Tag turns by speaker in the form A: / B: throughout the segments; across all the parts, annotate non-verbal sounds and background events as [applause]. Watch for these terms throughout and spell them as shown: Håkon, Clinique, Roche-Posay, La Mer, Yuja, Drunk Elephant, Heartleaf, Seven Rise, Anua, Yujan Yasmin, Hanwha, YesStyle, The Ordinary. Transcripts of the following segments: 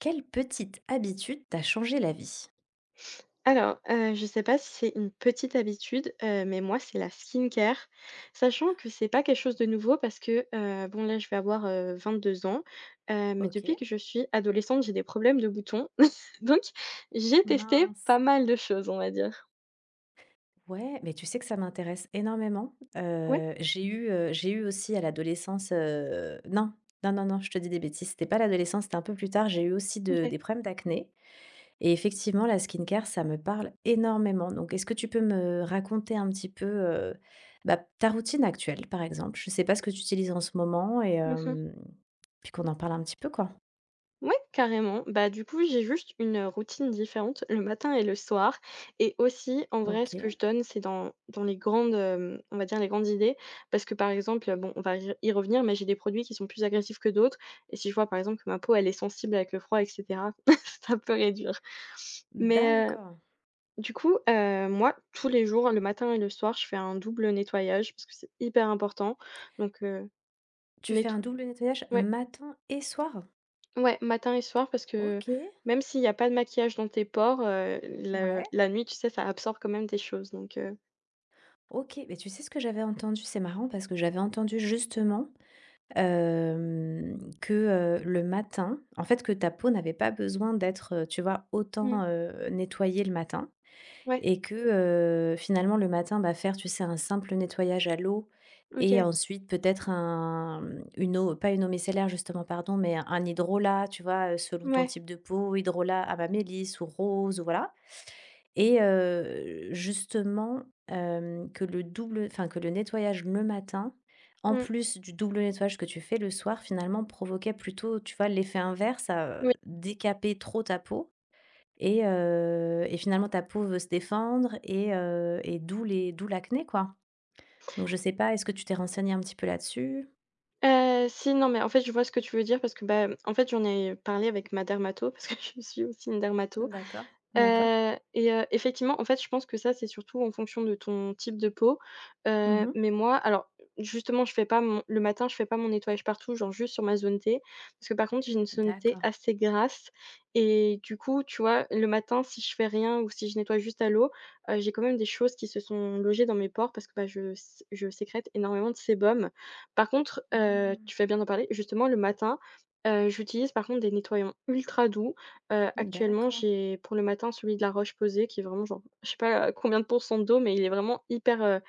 A: Quelle petite habitude t'a changé la vie?
B: Alors, je sais pas si c'est une petite habitude, mais moi c'est la skincare. Sachant que c'est pas quelque chose de nouveau parce que, bon là je vais avoir, 22 ans, mais depuis
A: OK,
B: que je suis adolescente, j'ai des problèmes de boutons. [laughs] Donc j'ai testé
A: mince.
B: pas mal de choses, on va dire.
A: Ouais, mais tu sais que ça m'intéresse énormément.
B: Ouais,
A: J'ai eu, j'ai eu aussi à l'adolescence, non, non, je te dis des bêtises, c'était pas l'adolescence, c'était un peu plus tard, j'ai eu aussi de
B: OK.
A: des problèmes d'acné et effectivement la skincare, ça me parle énormément. Donc est-ce que tu peux me raconter un petit peu, bah, ta routine actuelle, par exemple? Je sais pas ce que tu utilises en ce moment et
B: Mmh.
A: puis qu'on en parle un petit peu, quoi.
B: Ouais, carrément. Bah, du coup, j'ai juste une routine différente le matin et le soir et aussi, en vrai, ce
A: OK,
B: que je donne, c'est dans les grandes, on va dire les grandes idées parce que, par exemple, bon, on va y revenir, mais j'ai des produits qui sont plus agressifs que d'autres et si je vois, par exemple, que ma peau, elle est sensible avec le froid et cetera, [laughs] ça peut réduire. Mais,
A: d'accord.
B: du coup, moi, tous les jours, le matin et le soir, je fais un double nettoyage parce que c'est hyper important. Donc,
A: Tu fais
B: netto
A: un double nettoyage
B: Ouais.
A: matin et soir?
B: Ouais, matin et soir parce que
A: OK,
B: même s'il y a pas de maquillage dans tes pores, le
A: ouais,
B: la nuit, tu sais, ça absorbe quand même des choses donc.
A: OK. Mais tu sais ce que j'avais entendu? C'est marrant parce que j'avais entendu justement, que, le matin en fait, que ta peau n'avait pas besoin d'être, tu vois,
B: Mmh,
A: autant, nettoyée le matin
B: ouais,
A: et que, finalement le matin, bah, faire, tu sais, un simple nettoyage à l'eau et
B: OK,
A: ensuite peut-être un, une eau pas une eau micellaire justement, pardon, mais un hydrolat, tu vois, selon ton
B: ouais,
A: type de peau, hydrolat à ma mélisse ou rose ou voilà. Et justement, que le double que le nettoyage le matin, en
B: mmh,
A: plus du double nettoyage que tu fais le soir, finalement, provoquait plutôt, tu vois, l'effet inverse à,
B: oui.
A: décaper trop ta peau et finalement ta peau veut se défendre et d'où l'acné, quoi. Donc je sais pas, est-ce que tu t'es renseignée un petit peu là-dessus?
B: Si, non, mais en fait, je vois ce que tu veux dire parce que, bah, en fait, j'en ai parlé avec ma dermato parce que [laughs] je suis aussi une dermato.
A: D'accord, d'accord.
B: Et effectivement, en fait, je pense que ça, c'est surtout en fonction de ton type de peau,
A: Mmh.
B: mais moi alors justement, je fais pas mon le matin, je fais pas mon nettoyage partout, genre juste sur ma zone T, parce que par contre, j'ai une zone T
A: D'accord.
B: assez grasse et du coup, tu vois, le matin, si je fais rien ou si je nettoie juste à l'eau, j'ai quand même des choses qui se sont logées dans mes pores parce que, bah, je sécrète énormément de sébum. Par contre,
A: Mmh.
B: tu fais bien d'en parler, justement, le matin, j'utilise par contre des nettoyants ultra doux. Actuellement,
A: D'accord.
B: j'ai pour le matin celui de la Roche-Posay qui est vraiment genre, je sais pas combien de pourcents d'eau, mais il est vraiment hyper, heu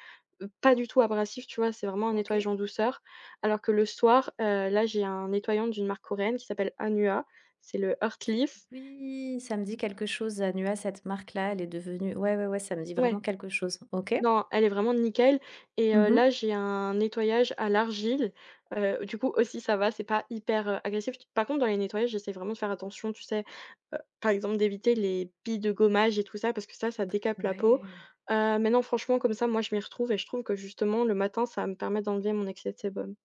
B: heu, pas du tout abrasif, tu vois? C'est vraiment un
A: OK.
B: nettoyage en douceur. Alors que le soir, là, j'ai un nettoyant d'une marque coréenne qui s'appelle Hanwha, c'est le Heartleaf.
A: Oui, ça me dit quelque chose, Anua, cette marque-là, elle est devenue ouais, ouais, ouais, ça me dit vraiment
B: Ouais.
A: quelque chose. OK.
B: Non, elle est vraiment nickel et
A: Mmh.
B: là, j'ai un nettoyage à l'argile, du coup aussi ça va, c'est pas hyper, agressif. Par contre, dans les nettoyages, j'essaie vraiment de faire attention, tu sais? Par exemple d'éviter les billes de gommage et tout ça parce que ça décape la peau.
A: Ouais.
B: Mais non, franchement comme ça, moi, je m'y retrouve et je trouve que justement le matin, ça va me permet d'enlever mon excès de sébum.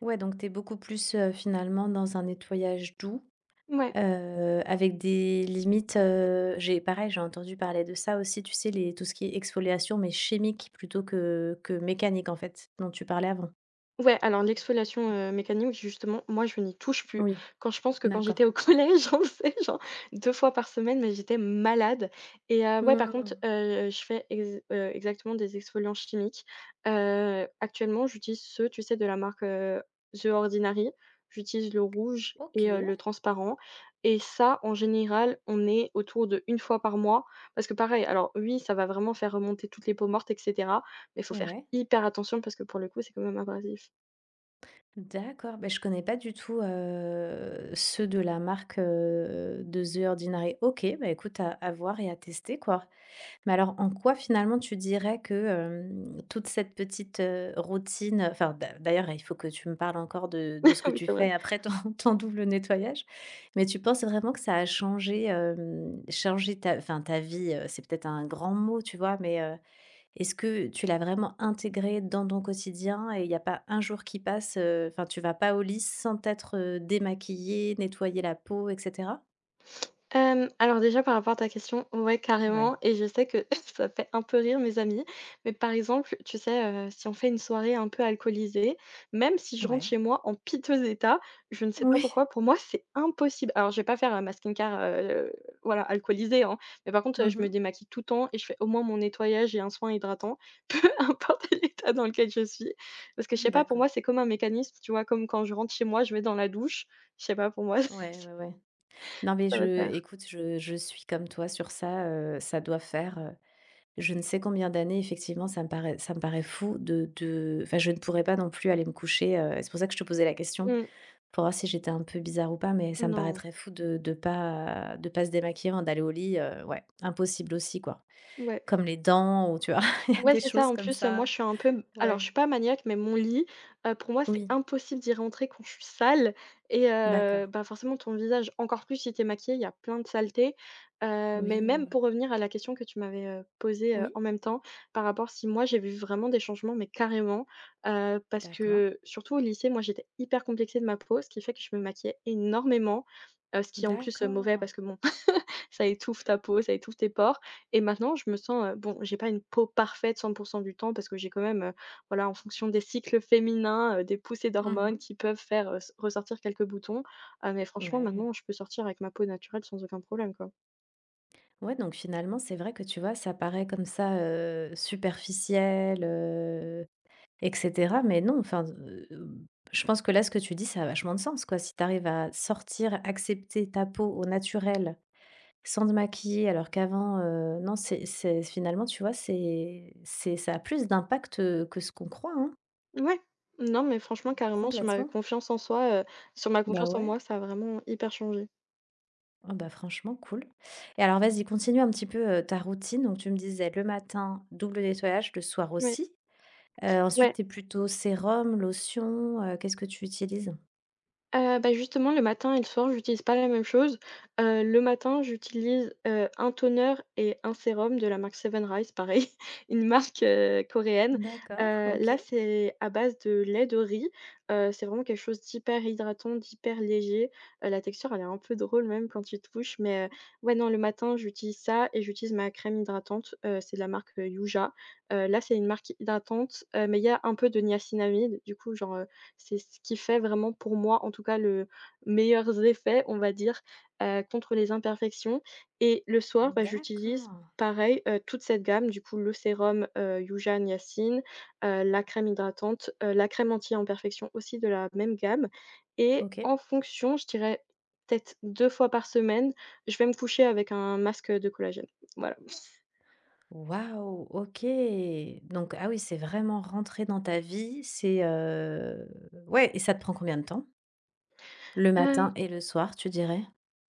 A: Ouais, donc t'es beaucoup plus, finalement dans un nettoyage doux,
B: Ouais.
A: avec des limites, j'ai pareil, j'ai entendu parler de ça aussi, tu sais, les tout ce qui est exfoliation, mais chimique plutôt que mécanique, en fait, dont tu parlais avant.
B: Ouais, alors l'exfoliation, mécanique justement, moi je n'y touche plus.
A: Oui,
B: Quand je pense que quand
A: d'accord.
B: j'étais au collège, [laughs] j'en faisais genre 2 fois par semaine, mais j'étais malade et ouais par
A: Mmh.
B: contre, je fais ex exactement des exfoliants chimiques. Actuellement j'utilise ceux, tu sais, de la marque, The Ordinary. J'utilise le rouge et
A: OK,
B: le transparent et ça en général, on est autour de une fois par mois parce que pareil, alors oui, ça va vraiment faire remonter toutes les peaux mortes et cetera, mais il faut faire
A: ouais.
B: hyper attention parce que pour le coup, c'est quand même abrasif.
A: D'accord, ben je connais pas du tout, ceux de la marque, de The Ordinary. OK, bah, écoute à voir et à tester quoi. Mais alors en quoi finalement tu dirais que, toute cette petite, routine d'ailleurs il faut que tu me parles encore de
B: Ah
A: ce que
B: oui,
A: tu
B: c'est vrai.
A: fais après ton [laughs] ton double nettoyage. Mais tu penses vraiment que ça a changé, changé ta ta vie, c'est peut-être un grand mot, tu vois? Mais, est-ce que tu l'as vraiment intégré dans ton quotidien et il n'y a pas un jour qui passe, enfin tu vas pas au lit sans t'être, démaquillée, nettoyer la peau et cetera?
B: Alors déjà par rapport à ta question, ouais
A: Ouais,
B: carrément et je sais que [laughs] ça fait un peu rire mes amis, mais par exemple, tu sais, si on fait une soirée un peu alcoolisée, même si je rentre
A: ouais.
B: chez moi en piteux état, je ne sais pas
A: Oui.
B: pourquoi, pour moi, c'est impossible. Alors je vais pas faire, ma skincare, voilà, alcoolisée, hein, mais par contre, je me
A: Mmh.
B: démaquille tout le temps et je fais au moins mon nettoyage et un soin hydratant, [laughs] peu importe l'état dans lequel je suis. Parce que je sais pas, pour
A: D'accord.
B: moi, c'est comme un mécanisme, tu vois? Comme quand je rentre chez moi, je vais dans la douche, je sais pas, pour moi,
A: Ouais,
B: [laughs]
A: ouais, ouais. Non mais
B: ça va de
A: je
B: pair.
A: écoute, je suis comme toi sur ça, ça doit faire, je ne sais combien d'années effectivement ça me paraît fou de je ne pourrais pas non plus aller me coucher, c'est pour ça que je te posais la question.
B: Mmh.
A: Pour voir si j'étais un peu bizarre ou pas, mais ça me
B: Non,
A: paraîtrait fou de pas se démaquiller avant d'aller au lit, ouais, impossible aussi, quoi.
B: ouais.
A: Comme les dents ou tu vois? [laughs] Il y a
B: Ouais,
A: des
B: c'est ça.
A: choses
B: En
A: comme
B: plus, moi,
A: ça.
B: je suis un peu alors,
A: Ouais.
B: je suis pas maniaque, mais mon lit, pour moi, c'est
A: Oui,
B: impossible d'y rentrer quand je suis sale et
A: d'accord.
B: bah, forcément, ton visage, encore plus si t'es es maquillée, il y a plein de saletés. Mais même
A: Oui.
B: pour revenir à la question que tu m'avais, posée,
A: Oui,
B: en même temps, par rapport si moi, j'ai vu vraiment des changements, mais carrément, parce
A: d'accord.
B: que surtout au lycée, moi, j'étais hyper complexée de ma peau, ce qui fait que je me maquillais énormément, ce qui est en plus, mauvais
A: D'accord.
B: parce que bon ça étouffe ta peau, ça étouffe tes pores et maintenant je me sens, bon, j'ai pas une peau parfaite 100 du temps parce que j'ai quand même, voilà, en fonction des cycles féminins, des poussées
A: Mmh mh.
B: d'hormones qui peuvent faire, s ressortir quelques boutons, mais franchement
A: Ouais.
B: maintenant je peux sortir avec ma peau naturelle sans aucun problème, quoi.
A: Ouais, donc finalement, c'est vrai que tu vois, ça paraît comme ça, superficiel, et cetera, mais non, je pense que là, ce que tu dis, ça a vachement de sens, quoi. Si tu arrives à sortir, accepter ta peau au naturel sans te maquiller alors qu'avant, non, c'est finalement, tu vois, c'est ça a plus d'impact, que ce qu'on croit, hein,
B: Ouais, non, mais franchement carrément sur ma
A: complètement.
B: confiance en soi, sur ma
A: Bah,
B: confiance en
A: ouais.
B: moi, ça a vraiment hyper changé.
A: Ah bah, franchement cool et alors vas-y, continue un petit peu, ta routine. Donc tu me disais le matin, double nettoyage, le soir
B: Ouais,
A: aussi. Ensuite,
B: ouais.
A: tu es plutôt sérum, lotion, qu'est-ce que tu utilises?
B: Bah, justement, le matin et le soir, j'utilise pas la même chose. Le matin, j'utilise, un toner et un sérum de la marque Seven Rise, pareil, [laughs] une marque, coréenne.
A: D'accord,
B: Là,
A: OK.
B: c'est à base de lait de riz. C'est vraiment quelque chose d'hyper hydratant, d'hyper léger. La texture, elle est un peu drôle même quand tu touches, mais, ouais, non, le matin, j'utilise ça et j'utilise ma crème hydratante. C'est de la marque, Yuja. Là, c'est une marque hydratante, mais il y a un peu de niacinamide, du coup, genre, c'est ce qui fait vraiment pour moi, en tout cas, le meilleurs effets, on va dire, contre les imperfections et le soir, bah, j'utilise
A: D'accord,
B: pareil, toute cette gamme, du coup, le sérum, Yujan Yasmin, la crème hydratante, la crème anti-imperfection aussi de la même gamme et
A: OK.
B: en fonction, je dirais peut-être 2 fois par semaine, je vais me coucher avec un masque, de collagène. Voilà.
A: Waouh, OK. Donc ah oui, c'est vraiment rentré dans ta vie, c'est, ouais et ça te prend combien de temps? Le
B: Hem,
A: matin et le soir, tu dirais?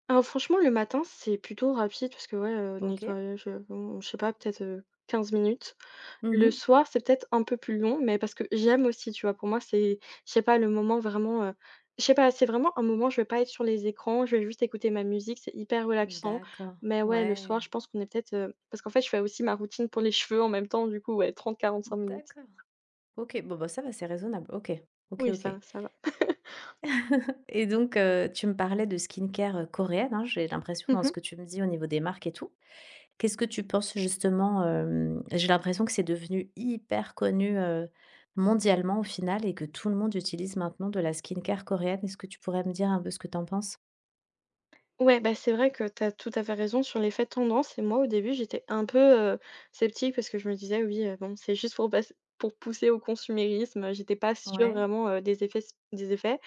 B: alors franchement, le matin, c'est plutôt rapide parce que, ouais,
A: OK.
B: nettoyage, bon, je sais pas, peut-être, 15 minutes.
A: Mmh.
B: Le soir, c'est peut-être un peu plus long, mais parce que j'aime aussi, tu vois? Pour moi, c'est, je sais pas, le moment vraiment, je sais pas, c'est vraiment un moment, je vais pas être sur les écrans, je vais juste écouter ma musique, c'est hyper relaxant.
A: D'accord,
B: Mais ouais, le soir,
A: ouais.
B: je pense qu'on est peut-être, parce qu'en fait, je fais aussi ma routine pour les [laughs] cheveux en même temps, du coup, ouais, 30, à 45 minutes.
A: D'accord. OK, bon, bah, ça va, c'est raisonnable. OK,
B: Oui, ça
A: OK
B: va, ça va.
A: et donc tu me parlais de skincare, coréenne, hein, j'ai l'impression dans ce que
B: [laughs]
A: tu me dis au niveau des marques et tout. Qu'est-ce que tu penses justement, j'ai l'impression que c'est devenu hyper connu, mondialement au final et que tout le monde utilise maintenant de la skincare coréenne. Est-ce que tu pourrais me dire un peu ce que tu en penses?
B: Ouais, bah, c'est vrai que tu as tout à fait raison sur l'effet tendance et moi au début j'étais un peu, heu, sceptique parce que je me disais: «Oui, bon c'est juste pour pousser au consumérisme», j'étais pas sûre
A: Ouais,
B: vraiment, des effets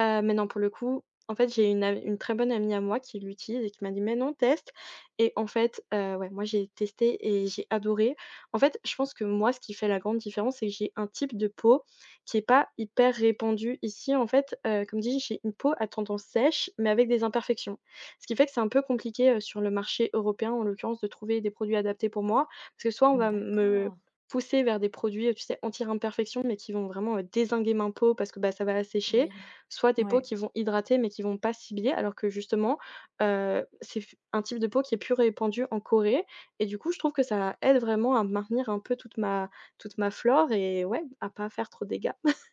B: mais non pour le coup, en fait j'ai une très bonne amie à moi qui l'utilise et qui m'a dit: «Mais non teste» et en fait, ouais moi j'ai testé et j'ai adoré. En fait, je pense que moi ce qui fait la grande différence, c'est que j'ai un type de peau qui est pas hyper répandu ici en fait, comme dit j'ai une peau à tendance sèche mais avec des imperfections. Ce qui fait que c'est un peu compliqué, sur le marché européen, en l'occurrence, de trouver des produits adaptés pour moi. Parce que soit on va me
A: d'accord,
B: pousser vers des produits, tu sais, anti-imperfection, mais qui vont vraiment, dézinguer ma peau parce que, bah, ça va assécher,
A: oui.
B: soit des peaux
A: Ouais,
B: qui vont hydrater, mais qui vont pas cibler. Alors que justement, c'est f un type de peau qui est plus répandu en Corée et du coup, je trouve que ça aide vraiment à maintenir un peu toute ma flore et ouais, à pas faire trop de dégâts. [laughs]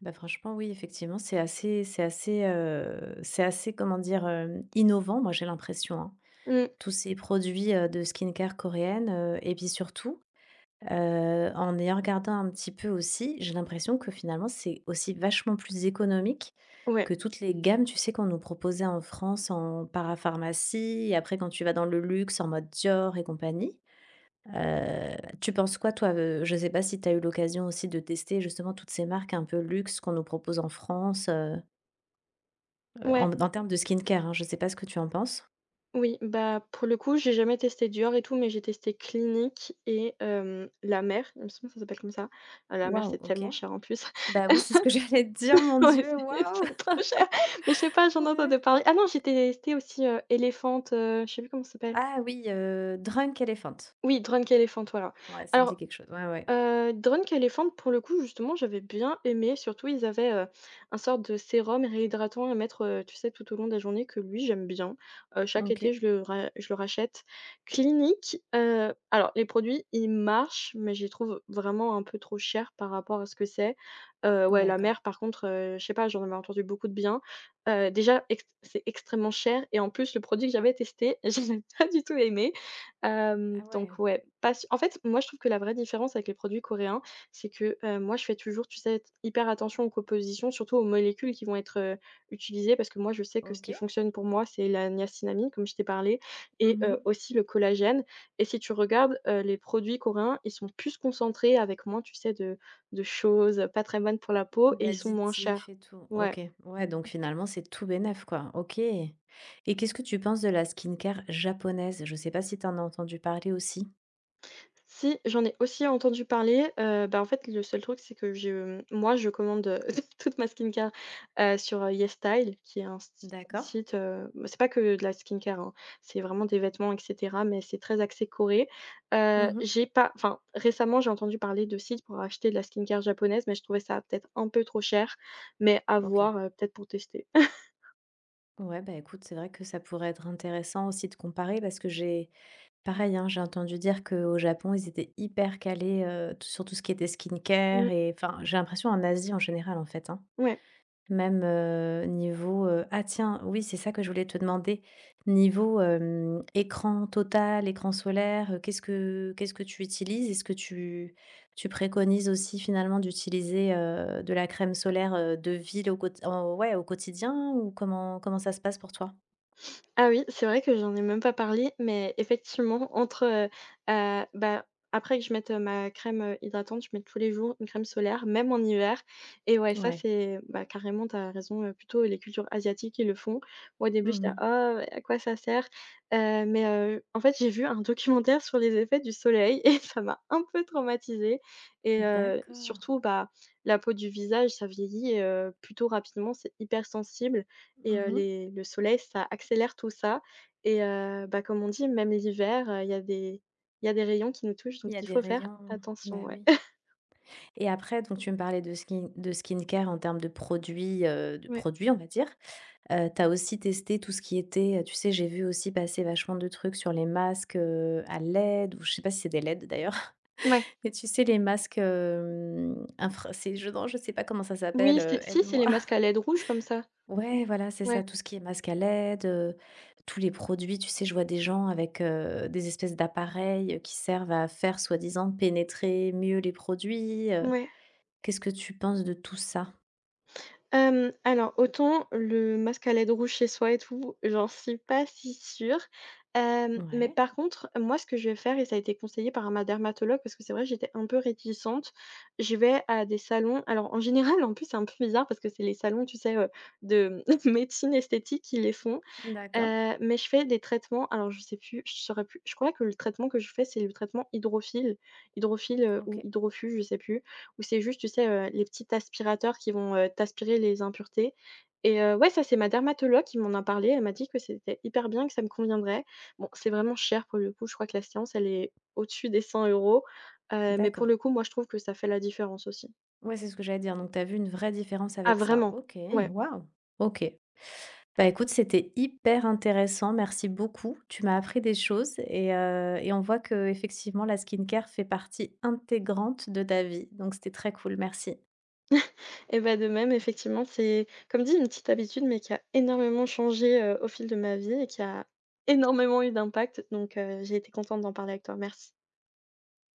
A: bah, franchement oui, effectivement, c'est assez, comment dire, innovant, moi j'ai l'impression, hein.
B: Mmh.
A: Tous ces produits, de skincare coréenne, et puis surtout en y regardant un petit peu aussi, j'ai l'impression que finalement, c'est aussi vachement plus économique que
B: Ouais,
A: toutes les gammes, tu sais, qu'on nous proposait en France en parapharmacie et après quand tu vas dans le luxe en mode Dior et compagnie. Tu penses quoi toi, je sais pas si tu as eu l'occasion aussi de tester justement toutes ces marques un peu luxe qu'on nous propose en France,
B: ouais.
A: en termes de skincare, hein, je sais pas ce que tu en penses?
B: Oui, bah, pour le coup, j'ai jamais testé Dior et tout, mais j'ai testé Clinique et La Mer, il me semble que ça s'appelle comme ça. Ah, La Mer,
A: Waouh,
B: c'est
A: OK.
B: tellement cher en plus. [laughs]
A: Bah oui, c'est ce que [laughs] j'allais te dire, mon
B: Ouais,
A: Dieu,
B: c'est
A: waouh!
B: c'est
A: [laughs]
B: trop cher. Mais je sais pas, j'en
A: Ouais.
B: entendais parler. Ah non, j'ai testé aussi, Elephant, je sais plus comment ça s'appelle.
A: Ah oui, Drunk Elephant.
B: Oui, Drunk Elephant, voilà.
A: Ouais, ça me dit
B: Alors
A: quelque chose. Ouais, ouais.
B: Drunk Elephant pour le coup, justement, j'avais bien aimé. Surtout, ils avaient, un sort de sérum réhydratant à mettre, tu sais, tout au long de la journée que lui, j'aime bien. Chaque été,
A: OK.
B: je le rachète. Clinique, alors les produits, ils marchent, mais j'y trouve vraiment un peu trop cher par rapport à ce que c'est. Ouais, la
A: D'accord.
B: mère, par contre, je sais pas, j'en avais entendu beaucoup de bien. Déjà ext c'est extrêmement cher et en plus, le produit que j'avais testé, [laughs] je n'ai pas du tout aimé. Hem,
A: Ah
B: donc
A: ouais,
B: ouais, pas su en fait, moi je trouve que la vraie différence avec les produits coréens, c'est que, moi je fais toujours, tu sais, hyper attention aux compositions, surtout aux molécules qui vont être, utilisées parce que moi je sais que ce qui
A: OK.
B: fonctionne pour moi, c'est la niacinamide comme je t'ai parlé et
A: Mmh.
B: aussi le collagène, et si tu regardes, les produits coréens, ils sont plus concentrés avec moins, tu sais, de choses, pas très bonnes pour la peau et ils sont moins
A: D'additifs
B: chers.
A: et tout. OK.
B: Ouais.
A: Ouais, donc finalement, c'est tout bénef, quoi. OK. Et qu'est-ce que tu penses de la skincare japonaise? Je sais pas si tu en as entendu parler aussi?
B: Si, j'en ai aussi entendu parler, bah, en fait, le seul truc, c'est que moi, je commande, [laughs] toute ma skincare, sur YesStyle, qui est un si
A: D'accord.
B: site, bah, c'est pas que de la skincare, hein, c'est vraiment des vêtements et cetera, mais c'est très axé Corée.
A: Mmh.
B: J'ai pas enfin, Récemment, j'ai entendu parler de sites pour acheter de la skincare japonaise, mais je trouvais ça peut-être un peu trop cher, mais à
A: OK.
B: voir, peut-être pour tester. [laughs]
A: Ouais, bah, écoute, c'est vrai que ça pourrait être intéressant aussi de comparer parce que j'ai pareil, hein, j'ai entendu dire qu'au Japon, ils étaient hyper calés, t sur tout ce qui était skincare
B: Mmh,
A: et enfin, j'ai l'impression en Asie en général, en fait, hein.
B: ouais.
A: Même, niveau, ah tiens, oui, c'est ça que je voulais te demander. Niveau, écran total, écran solaire, qu'est-ce que tu utilises? Est-ce que tu préconises aussi finalement d'utiliser, de la crème solaire, de ville au quot en ouais, au quotidien ou comment ça se passe pour toi?
B: Ah oui, c'est vrai que j'en ai même pas parlé, mais effectivement, heu, bah, après que je mette, ma crème, hydratante, je mets tous les jours une crème solaire, même en hiver, et ouais, ça,
A: Ouais.
B: c'est bah, carrément, t'as raison, plutôt les cultures asiatiques qui le font. Moi, au début, j'étais:
A: Mmh.
B: «Ah, oh ouais, à quoi ça sert?» Mais en fait, j'ai vu un documentaire sur les effets du soleil [laughs] et ça m'a un peu traumatisée, et
A: D'accord.
B: surtout, bah, la peau du visage, ça vieillit, plutôt rapidement, c'est hyper sensible. Et
A: Mmh.
B: les le soleil, ça accélère tout ça, et bah, comme on dit, même l'hiver, il y a des rayons qui nous touchent, donc
A: Il y a
B: il
A: des
B: faut faire
A: rayons
B: attention,
A: bah
B: ouais.
A: oui.
B: [laughs]
A: Et après donc tu me parlais de skincare en termes de
B: Ouais.
A: produits, on va dire. Tu aussi testé tout ce qui était, tu sais, j'ai vu aussi passer vachement de trucs sur les masques, à LED ou je sais pas si c'est des LED d'ailleurs,
B: Ouais.
A: [laughs] mais tu sais les masques, infra c'est je non, je sais pas comment ça s'appelle,
B: Oui, c'est si, c'est
A: aide-moi.
B: les masques à
A: [laughs]
B: LED rouges comme ça.
A: Ouais, voilà, c'est ça,
B: Ouais,
A: tout ce qui est masque à LED, tous les produits, tu sais, je vois des gens avec, des espèces d'appareils, qui servent à faire soi-disant pénétrer mieux les produits.
B: ouais.
A: Qu'est-ce que tu penses de tout ça?
B: Hem, alors autant le masque à LED rouge chez soi et tout, j'en suis pas si sûre. Hem, mais
A: Ouais,
B: par contre, moi, ce que je vais faire et ça a été conseillé par ma dermatologue parce que c'est vrai, j'étais un peu réticente. Je vais à des salons, alors en général, en plus, c'est un peu bizarre parce que c'est les salons, tu sais, de [laughs] médecine esthétique qui les font.
A: d'accord,
B: Mais je fais des traitements, alors je saurais plus, je crois que le traitement que je fais, c'est le traitement hydrophile, hydrophile, ou
A: OK,
B: hydrofus, je sais plus. Ou c'est juste, tu sais, les petits aspirateurs qui vont, t'aspirer les impuretés, et ouais, ça, c'est ma dermatologue qui m'en a parlé. Elle m'a dit que c'était hyper bien, que ça me conviendrait. Bon, c'est vraiment cher pour le coup, je crois que la séance, elle est au-dessus des 100 euros. Mais pour
A: d'accord.
B: le coup, moi, je trouve que ça fait la différence aussi.
A: Ouais, c'est ce que j'allais dire. Donc, tu as vu une vraie différence
B: Ah
A: avec ça.
B: vraiment,
A: OK,
B: ouais.
A: waouh. OK. Bah, écoute, c'était hyper intéressant. Merci beaucoup. Tu m'as appris des choses et on voit que effectivement la skincare fait partie intégrante de ta vie. Donc, c'était très cool. Merci.
B: Et bah, de même, effectivement, c'est comme dit, une petite habitude, mais qui a énormément changé, au fil de ma vie et qui a énormément eu d'impact, donc j'ai été contente d'en parler avec toi. Merci.